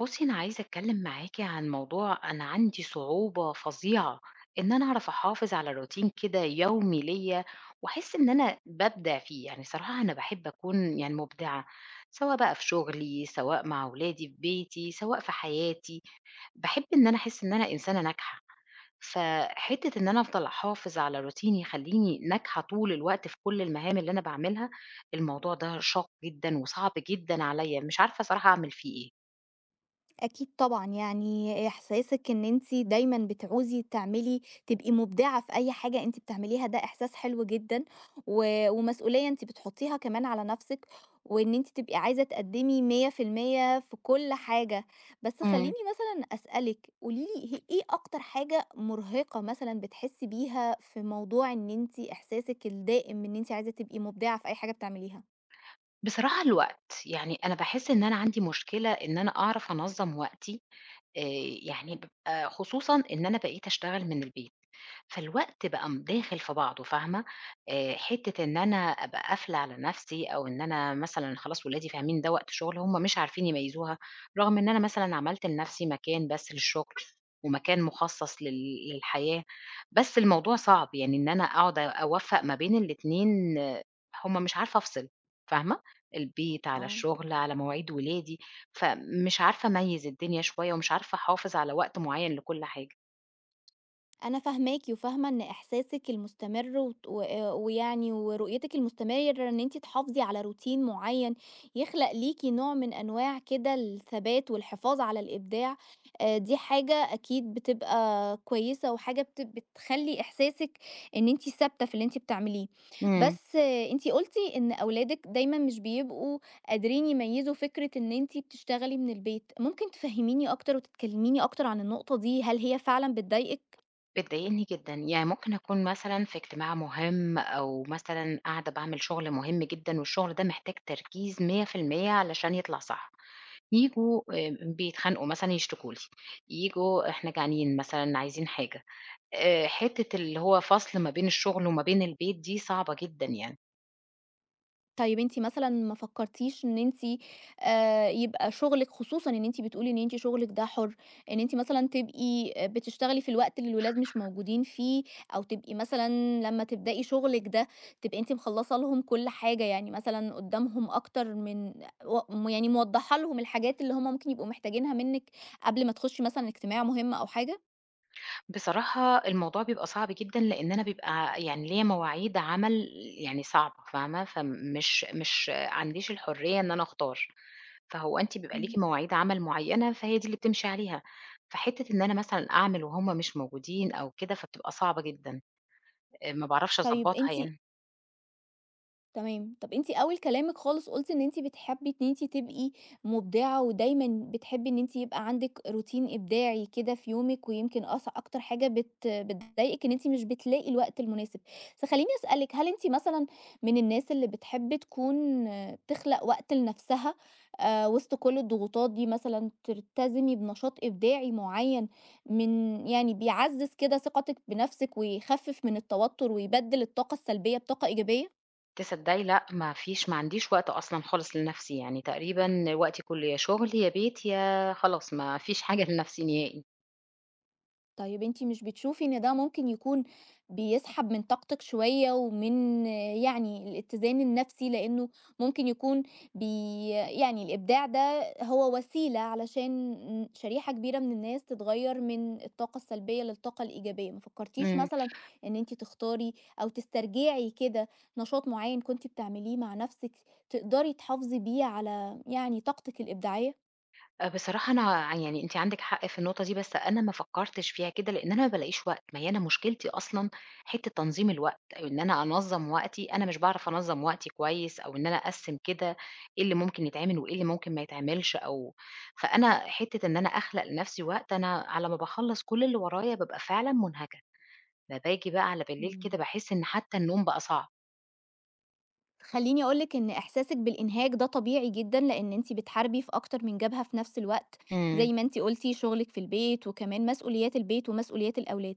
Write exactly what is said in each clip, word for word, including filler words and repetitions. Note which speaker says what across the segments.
Speaker 1: بُصّي، أنا عايزة أتكلّم معاكِ عن موضوع أنا عندي صعوبة فظيعة إن أنا أعرف أحافظ على روتين كده يومي ليّا وأحس إن أنا بابدع فيه، يعني صراحة أنا باحب أكون يعني مُبدعة، سواء بقى في شغلي، سواء مع ولادي في بيتي، سواء في حياتي، باحب إن أنا أحس إن أنا إنسانة ناجحة، فحتّة إن أنا أفضل أحافظ على روتين يخلّيني ناجحة طول الوقت في كل المهام اللي أنا باعملها، الموضوع ده شاق جدًا وصعب جدًا عليّا، مش عارفة صراحة أعمل فيه إيه.
Speaker 2: أكيد طبعًا، يعني إحساسِك إن أنتِ دايمًا بتعوزي تعملي تبقي مبدعة في أي حاجة أنتِ بتعمليها ده إحساس حلو جدًا، و ومسؤولية أنتِ بتحطيها كمان على نفسِك، وإن أنتِ تبقي عايزة تقدمي مية في المية في المية في كل حاجة، بس خلّيني
Speaker 1: إمم.
Speaker 2: مثلًا أسألِك، قولي لي ه إيه أكتر حاجة مرهقة مثلًا بتحسي بيها في موضوع إن أنتِ إحساسِك الدائم إن أنتِ عايزة تبقي مبدعة في أي حاجة بتعمليها؟
Speaker 1: بصراحة الوقت، يعني أنا باحس إن أنا عندي مشكلة إن أنا أعرف أنظّم وقتي، آآ يعني بابقى خصوصًا إن أنا بقيت أشتغل من البيت. فالوقت بقى م داخل في بعضه فاهمة، آآ حتّة إن أنا أبقى قافلة على نَفْسي أو إن أنا مثلًا خلاص ولادي فاهمين ده وقت شُغل، هم مش عارفين يميّزوها، رغم إن أنا مثلًا عملت لنَفْسي مكان بس للشُغل ومكان مخصّص لل للحياة، بس الموضوع صعب، يعني إن أنا أقعد أوفّق ما بين الاتنين آه، هم مش عارفة أفصل فاهمة، البيت، على
Speaker 2: آه.
Speaker 1: الشُغل، على مواعيد ولادي، فمش عارفة أميّز الدنيا شوية ومش عارفة أحافظ على وقت معيّن لكل حاجة.
Speaker 2: أنا فاهماكِ وفاهمة إن إحساسِك المستمر وت و آآ ويعني ورؤيتِك المستمرة إن أنتِ تحافظي على روتين معيّن يخلق ليكِ نوع من أنواع كده الثبات والحفاظ على الإبداع، آآ دي حاجة أكيد بتبقى كويسة وحاجة بت بتخلّي إحساسِك إن أنتِ ثابتة في اللي أنتِ بتعمليه.
Speaker 1: إمم.
Speaker 2: بس أنتِ قُلتِ إن أولادِك دايمًا مش بيبقوا قادرين يميّزوا فكرة إن أنتِ بتشتغلي من البيت، ممكن تفهّميني أكتر وتكلميني أكتر عن النقطة دي، هل هي فعلًا بتضايقِك؟
Speaker 1: بتضايقني جدًا، يعني ممكن أكون مثلًا في اجتماع مهم أو مثلًا قاعدة باعمل شغل مهم جدًا والشغل ده محتاج تركيز مية في المية علشان يطلع صح، ييجوا آآ بيتخانقوا مثلًا يشتكوا لي، ييجوا إحنا جعانين مثلًا عايزين حاجة، آآ حتة اللي هو فصل ما بين الشغل وما بين البيت دي صعبة جدًا يعني.
Speaker 2: طيب أنتِ مثلًا ما فكرتيش إن أنتِ آآ، يبقى شغلِك خصوصًا إن أنتِ بتقولي إن أنتِ شغلِك ده حُر، إن أنتِ مثلًا تبقي بتشتغلي في الوقت اللي الولاد مش موجودين فيه، أو تبقي مثلًا لمّا تبدئي شغلِك ده تبقي أنتِ مخلّصة لهم كل حاجة، يعني مثلًا قدّامهم أكتر من و يعني موضّحة لهم الحاجات اللي هم ممكن يبقوا محتاجينها منِّك قبل ما تخشي مثلًا اجتماع مهم أو حاجة؟
Speaker 1: بصراحة الموضوع بيبقى صعب جدًا لإن أنا بيبقى يعني ليّا مواعيد عمل يعني صعبة فاهمة؟ فمش مش عنديش الحرية إن أنا أختار. فهو أنتِ بيبقى
Speaker 2: إمم.
Speaker 1: ليكِ مواعيد عمل معيّنة، فهي دي اللي بتمشي عليها، فحتّة إن أنا مثلًا أعمل وهُم مش موجودين أو كده، فبتبقى صعبة جدًا، آآ ما باعرفش
Speaker 2: طيب
Speaker 1: أضبّطها
Speaker 2: أنتِ
Speaker 1: يعني.
Speaker 2: تمام. طب أنتِ أول كلامِك خالص قُلتِ إن أنتِ بتحبّي إن أنتِ تبقي مبدعة، ودايمًا بتحبّي إن أنتِ يبقى عندِك روتين إبداعي كده في يومِك، ويمكن أص أكتر حاجة بت بتضايقِك إن أنتِ مش بتلاقي الوقت المناسب. فخلّيني أسألِك، هل أنتِ مثلًا من الناس اللي بتحب تكون آه، تخلق وقت لنفسها آآ، وسط كل الضغوطات دي مثلًا تلتزمي بنشاط إبداعي معيّن من يعني بيعزّز كده ثقتِك بنفسِك، ويخفف من التوتر، ويبدّل الطاقة السلبية بطاقة إيجابية؟
Speaker 1: تصدّقي لأ، ما فيش ما عنديش وقت أصلًا خالص لنَفْسي، يعني تقريبًا وقتي كُلّه يا شُغل، يا بيت، يا خلاص ما فيش حاجة لنَفْسي نهائي.
Speaker 2: طيب أنتِ مش بتشوفي إن ده ممكن يكون بيسحب من طاقتِك شوية ومن آه، يعني الاتزان النفسي، لإنه ممكن يكون بي يعني الإبداع ده هو وسيلة علشان شريحة كبيرة من الناس تتغيّر من الطاقة السلبية للطاقة الإيجابية، ما فكرتيش
Speaker 1: إمم.
Speaker 2: مثلًا إن أنتِ تختاري أو تسترجعي كده نشاط معيّن كنتِ بتعمليه مع نفسِك تقدري تحافظي بيه على يعني طاقتِك الإبداعية؟
Speaker 1: آآ بصراحة أنا ع يعني أنتِ عندِك حق في النقطة دي، بس أنا ما فكّرتش فيها كده، لإن أنا ما بالاقيش وقت، ما هي أنا مشكلتي أصلًا حتّة تنظيم الوقت، أو إن أنا أنظّم وقتي، أنا مش باعرف أنظّم وقتي كويس، أو إن أنا أقسّم كده إيه اللي ممكن يتعمل وإيه اللي ممكن ما يتعملش أو فأنا حتّة إن أنا أخلق لنفسي وقت، أنا على ما باخلّص كل اللي ورايا بابقى فعلًا مُنهكة، ده باجي بقى على بالليل
Speaker 2: إمم.
Speaker 1: كده باحس إن حتّى النوم بقى صعب.
Speaker 2: خليني أقولك إن إحساسِك بالإنهاك ده طبيعي جدًا، لإن أنتِ بتحاربي في أكتر من جبهة في نفس الوقت،
Speaker 1: إمم،
Speaker 2: زي ما أنتِ قُلتِ شغلِك في البيت، وكمان مسؤوليات البيت ومسؤوليات الأولاد.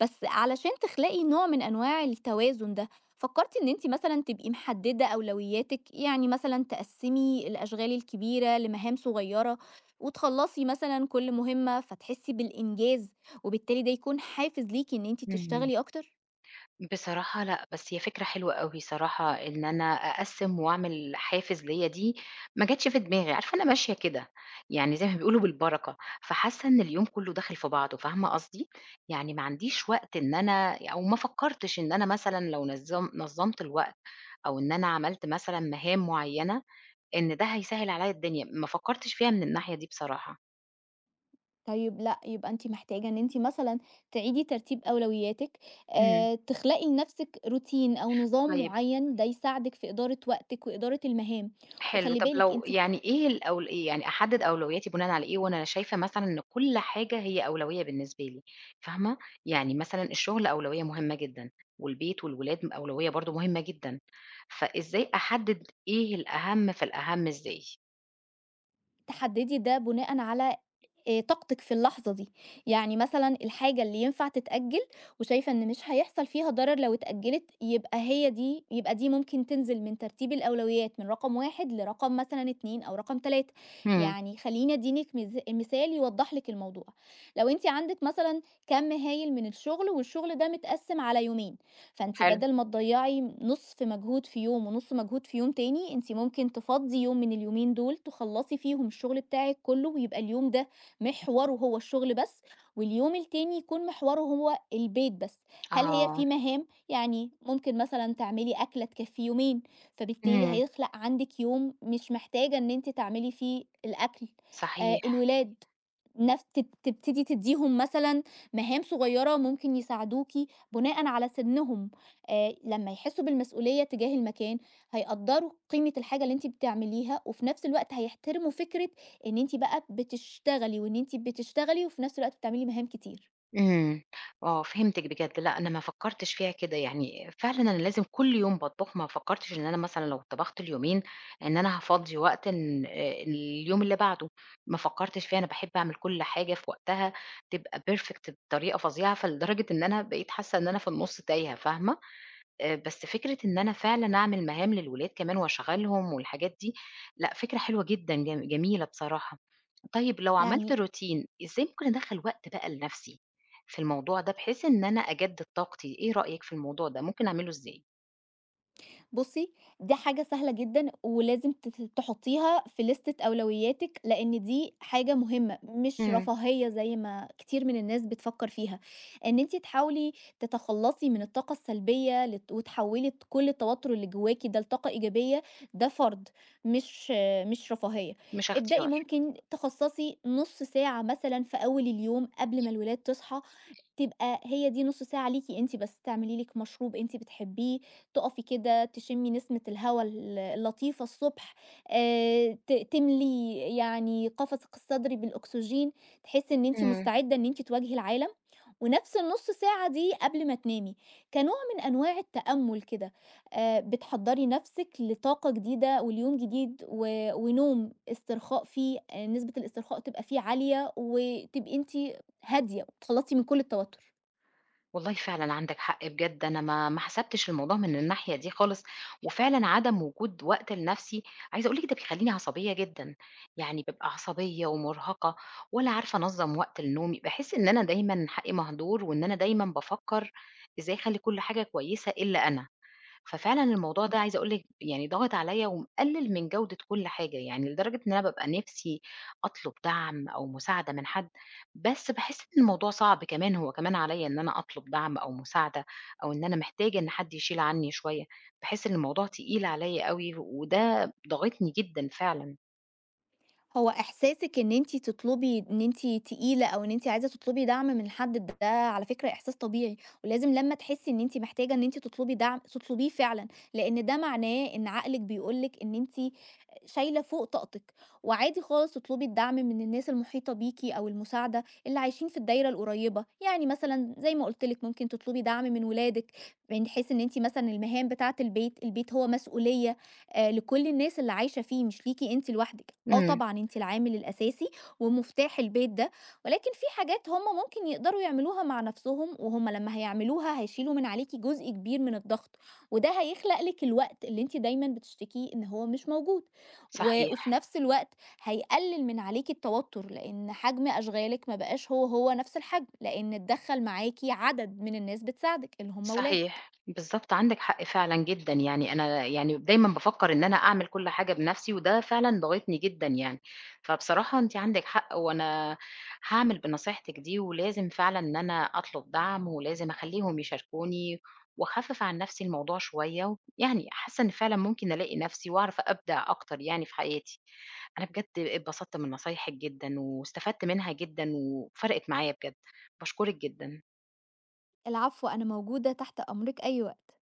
Speaker 2: بس علشان تخلقي نوع من أنواع التوازن ده، فكرتِ إن أنتِ مثلًا تبقي محددة أولوياتِك؟ يعني مثلًا تقسّمي الأشغال الكبيرة لمهام صغيرة، وتخلّصي مثلًا كل مهمة فتحسي بالإنجاز، وبالتالي ده يكون حافز ليكِ إن أنتِ
Speaker 1: اهم.
Speaker 2: تشتغلي أكتر؟
Speaker 1: بصراحة لأ، بس هي فكرة حلوة أوي صراحة إن أنا أقسّم وأعمل حافز ليّا دي ما جاتش في دماغي، عارفة أنا ماشية كده، يعني زي ما بيقولوا بالبركة، فحاسة إن اليوم كلّه داخل في بعضه، فاهمة قصدي؟ يعني ما عنديش وقت إن أنا أو ما فكّرتش إن أنا مثلًا لو نظم نظّمت الوقت أو إن أنا عملت مثلًا مهام معيّنة، إن ده هيسهّل عليّا الدنيا، ما فكّرتش فيها من الناحية دي بصراحة.
Speaker 2: طيب لأ، يبقى أنتِ محتاجة إن أنتِ مثلًا تعيدي ترتيب أولوياتِك،
Speaker 1: إمم،
Speaker 2: آآ تخلقي لنفسِك روتين أو نظام
Speaker 1: طيب
Speaker 2: معيّن ده يساعدِك في إدارة وقتِك وإدارة المهام،
Speaker 1: حلو،
Speaker 2: وخلّي
Speaker 1: طب
Speaker 2: بالِك
Speaker 1: لو
Speaker 2: أنتِ
Speaker 1: يعني إيه الأول إيه يعني أحدد أولوياتي بناءً على إيه وأنا شايفة مثلًا إن كل حاجة هي أولوية بالنسبة لي، فاهمة؟ يعني مثلًا الشغل أولوية مهمة جدًا، والبيت والولاد م أولوية برضه مهمة جدًا، فإزاي أحدد إيه الأهم في الأهم إزاي؟
Speaker 2: تحددي ده بناءً على آآ طاقتِك في اللحظة دي، يعني مثلًا الحاجة اللي ينفع تتأجل وشايفة إن مش هيحصل فيها ضرر لو اتأجلت، يبقى هي دي يبقى دي ممكن تنزل من ترتيب الأولويات من رقم واحد لرقم مثلًا اتنين أو رقم تلاتة
Speaker 1: إمم،
Speaker 2: يعني خلّيني أدينِك مز مثال يوضّح لِك الموضوع، لو أنتِ عندِك مثلًا كَم هايل من الشغل والشغل ده متقسّم على يومين، فأنتِ
Speaker 1: حلو،
Speaker 2: بدل ما تضيّعي نُصف مجهود في يوم ونُص مجهود في يوم تاني، أنتِ ممكن تفضّي يوم من اليومين دول تخلّصي فيهم الشغل بتاعِك كُلّه، ويبقى اليوم ده محوره هو الشغل بس، واليوم التاني يكون محوره هو البيت بس. هل هي
Speaker 1: آه،
Speaker 2: في مهام؟ يعني ممكن مثلًا تعملي أكلة تكفّي يومين، فبالتالي
Speaker 1: إمم،
Speaker 2: هيخلق عندِك يوم مش محتاجة إن أنتِ تعملي فيه الأكل. آآ
Speaker 1: صحيح.
Speaker 2: الولاد نف تب تبتدي تدّيهم مثلًا مهام صغيّرة ممكن يساعدوكِ بناءً على سِنّهم، آآ لمّا يحسّوا بالمسؤولية تجاه المكان، هيقدّروا قيمة الحاجة اللي أنتِ بتعمليها، وفي نفس الوقت هيحترموا فكرة إن أنتِ بقى بتشتغلي، وإن أنتِ بتشتغلي وفي نفس الوقت بتعملي مهام كتير،
Speaker 1: إمم، آه فهمتِك بجد، لأ أنا ما فكّرتش فيها كده، يعني فعلًا أنا لازم كل يوم باطبخ، ما فكّرتش إن أنا مثلًا لو طبخت اليومين إن أنا هافضّي وقت إن آآ اليوم اللي بعده، ما فكّرتش فيها، أنا باحب أعمل كل حاجة في وقتها تبقى perfect بطريقة فظيعة، فلدرجة إن أنا بقيت حاسة إن أنا في النُص تايهة، فاهمة؟ آآ بس فكرة إن أنا فعلًا أعمل مهام للولاد كمان وأشغّلهم والحاجات دي، لأ فكرة حلوة جدًا جم جميلة بصراحة. طيب لو عملت
Speaker 2: يعني
Speaker 1: روتين، إزاي ممكن أدخّل وقت بقى لنَفْسي في الموضوع ده بحيث إن أنا أجدد طاقتي، إيه رأيك في الموضوع ده، ممكن أعمله إزاي؟
Speaker 2: بُصّي، دي حاجة سهلة جدًا ولازم تت تحطّيها في ليستة أولوياتِك، لإن دي حاجة مهمة، مش
Speaker 1: إمم،
Speaker 2: رفاهية زي ما كتير من الناس بتفكّر فيها. إن أنتِ تحاولي تتخلّصي من الطاقة السلبية لت وتحوّلي ت كل التوتُّر اللي جوّاكِ ده لطاقة إيجابية، ده فرض مش مش رفاهية.
Speaker 1: مش
Speaker 2: ابدئي
Speaker 1: اختيار.
Speaker 2: ممكن تخصّصي نُص ساعة مثلًا في أول اليوم قبل ما الولاد تصحى تبقى هي دي نُص ساعة ليكِ أنتِ بس، تعملي لِك مشروب أنتِ بتحبيه، تُقفي كده تشمي نسمة الهوا ال اللطيفة الصبح، آآ ت تملي يعني قفصِك الصدري بالأكسجين، تحسّي إن أنتِ
Speaker 1: إمم.
Speaker 2: مستعدة إن أنتِ تواجهي العالم، ونفس النُص ساعة دي قبل ما تنامي، كنوع من أنواع التأمُّل كده، آآ بتحضّري نفسِك لطاقة جديدة وليوم جديد و ونوم استرخاء فيه آآ نسبة الاسترخاء تبقى فيه عالية، وتبقي أنتِ هادية وتخلّصي من كل التوتر.
Speaker 1: والله فعلًا عندك حق بجد، أنا ما ما حسبتش الموضوع من الناحية دي خالص، وفعلًا عدم وجود وقت لنفسي عايزة أقول لِك ده بيخلّيني عصبية جدًا، يعني بابقى عصبية ومرهقة ولا عارفة أنظّم وقت لنومي، باحس إن أنا دايمًا حقي مهدور وإن أنا دايمًا بافكّر إزاي أخلّي كل حاجة كويسة إلا أنا. ففعلًا الموضوع ده عايزة أقول لِك يعني ضاغط عليّا ومقلِّل من جودة كل حاجة، يعني لدرجة إن أنا بابقى نِفسي أطلب دعم أو مساعدة من حد، بس باحس إن الموضوع صعب كمان، هو كمان عليّا إن أنا أطلب دعم أو مساعدة أو إن أنا محتاجة إن حد يشيل عني شوية، باحس إن الموضوع تقيل عليّا أوي وده ضاغطني جدًا فعلًا.
Speaker 2: هو إحساسِك إن أنتِ تطلبي إن أنتِ تقيلة أو إن أنتِ عايزة تطلبي دعم من حد، ده على فكرة إحساس طبيعي، ولازم لمّا تحسّي إن أنتِ محتاجة إن أنتِ تطلبي دعم، تطلبيه فعلًا، لإن ده معناه إن عقلِك بيقول لِك إن أنتِ شايلة فوق طاقتِك، وعادي خالص تطلبي الدعم من الناس المحيطة بيكِ أو المساعدة اللي عايشين في الدايرة القريبة، يعني مثلًا زي ما قُلت لِك ممكن تطلبي دعم من ولادِك، من حيث إن أنتِ مثلًا المهام بتاعة البيت، البيت هو مسؤولية آآ لكل الناس اللي عايشة فيه مش ليكِ أنتِ لوحدِك. آه
Speaker 1: إمم،
Speaker 2: طبعًا أنتِ العامل الأساسي ومفتاح البيت ده، ولكن في حاجات هم ممكن يقدروا يعملوها مع نفسهم، وهم لمّا هيعملوها هيشيلوا من عليكِ جزء كبير من الضغط، وده هيخلق لِك الوقت اللي أنتِ دايمًا بتشتكيه إن هو مش موجود، و وفي
Speaker 1: صحيح.
Speaker 2: نفس الوقت هيقلل من عليكِ التوتر، لأن حجم أشغالِك ما بقاش هو، هو نفس الحجم، لأن اتدخل معاكِ عدد من الناس بتساعدِك اللي هم ولادِك.
Speaker 1: صحيح، بالضبط عندِك حق فعلًا جدًا، يعني أنا يعني دايمًا بافكّر إن أنا أعمل كل حاجة بنَفْسي وده فعلًا ضاغطني جدًا يعني، فبصراحة أنتِ عندِك حق وأنا هاعمل بنصيحتِك دي ولازم فعلًا إن أنا أطلب دعم ولازم أخلّيهم يشاركوني وأخفِّف عن نَفْسي الموضوع شوية، يعني حاسة إن فعلًا ممكن ألاقي نَفْسي وأعرف أبدع أكتر يعني في حياتي. أنا بجد اتبسطت من نصايحِك جدًا واستفدت منها جدًا وفرقِت معايا بجد، باشكرِك جدًا.
Speaker 2: العفو، أنا موجودة تحت أمرِك أي وقت.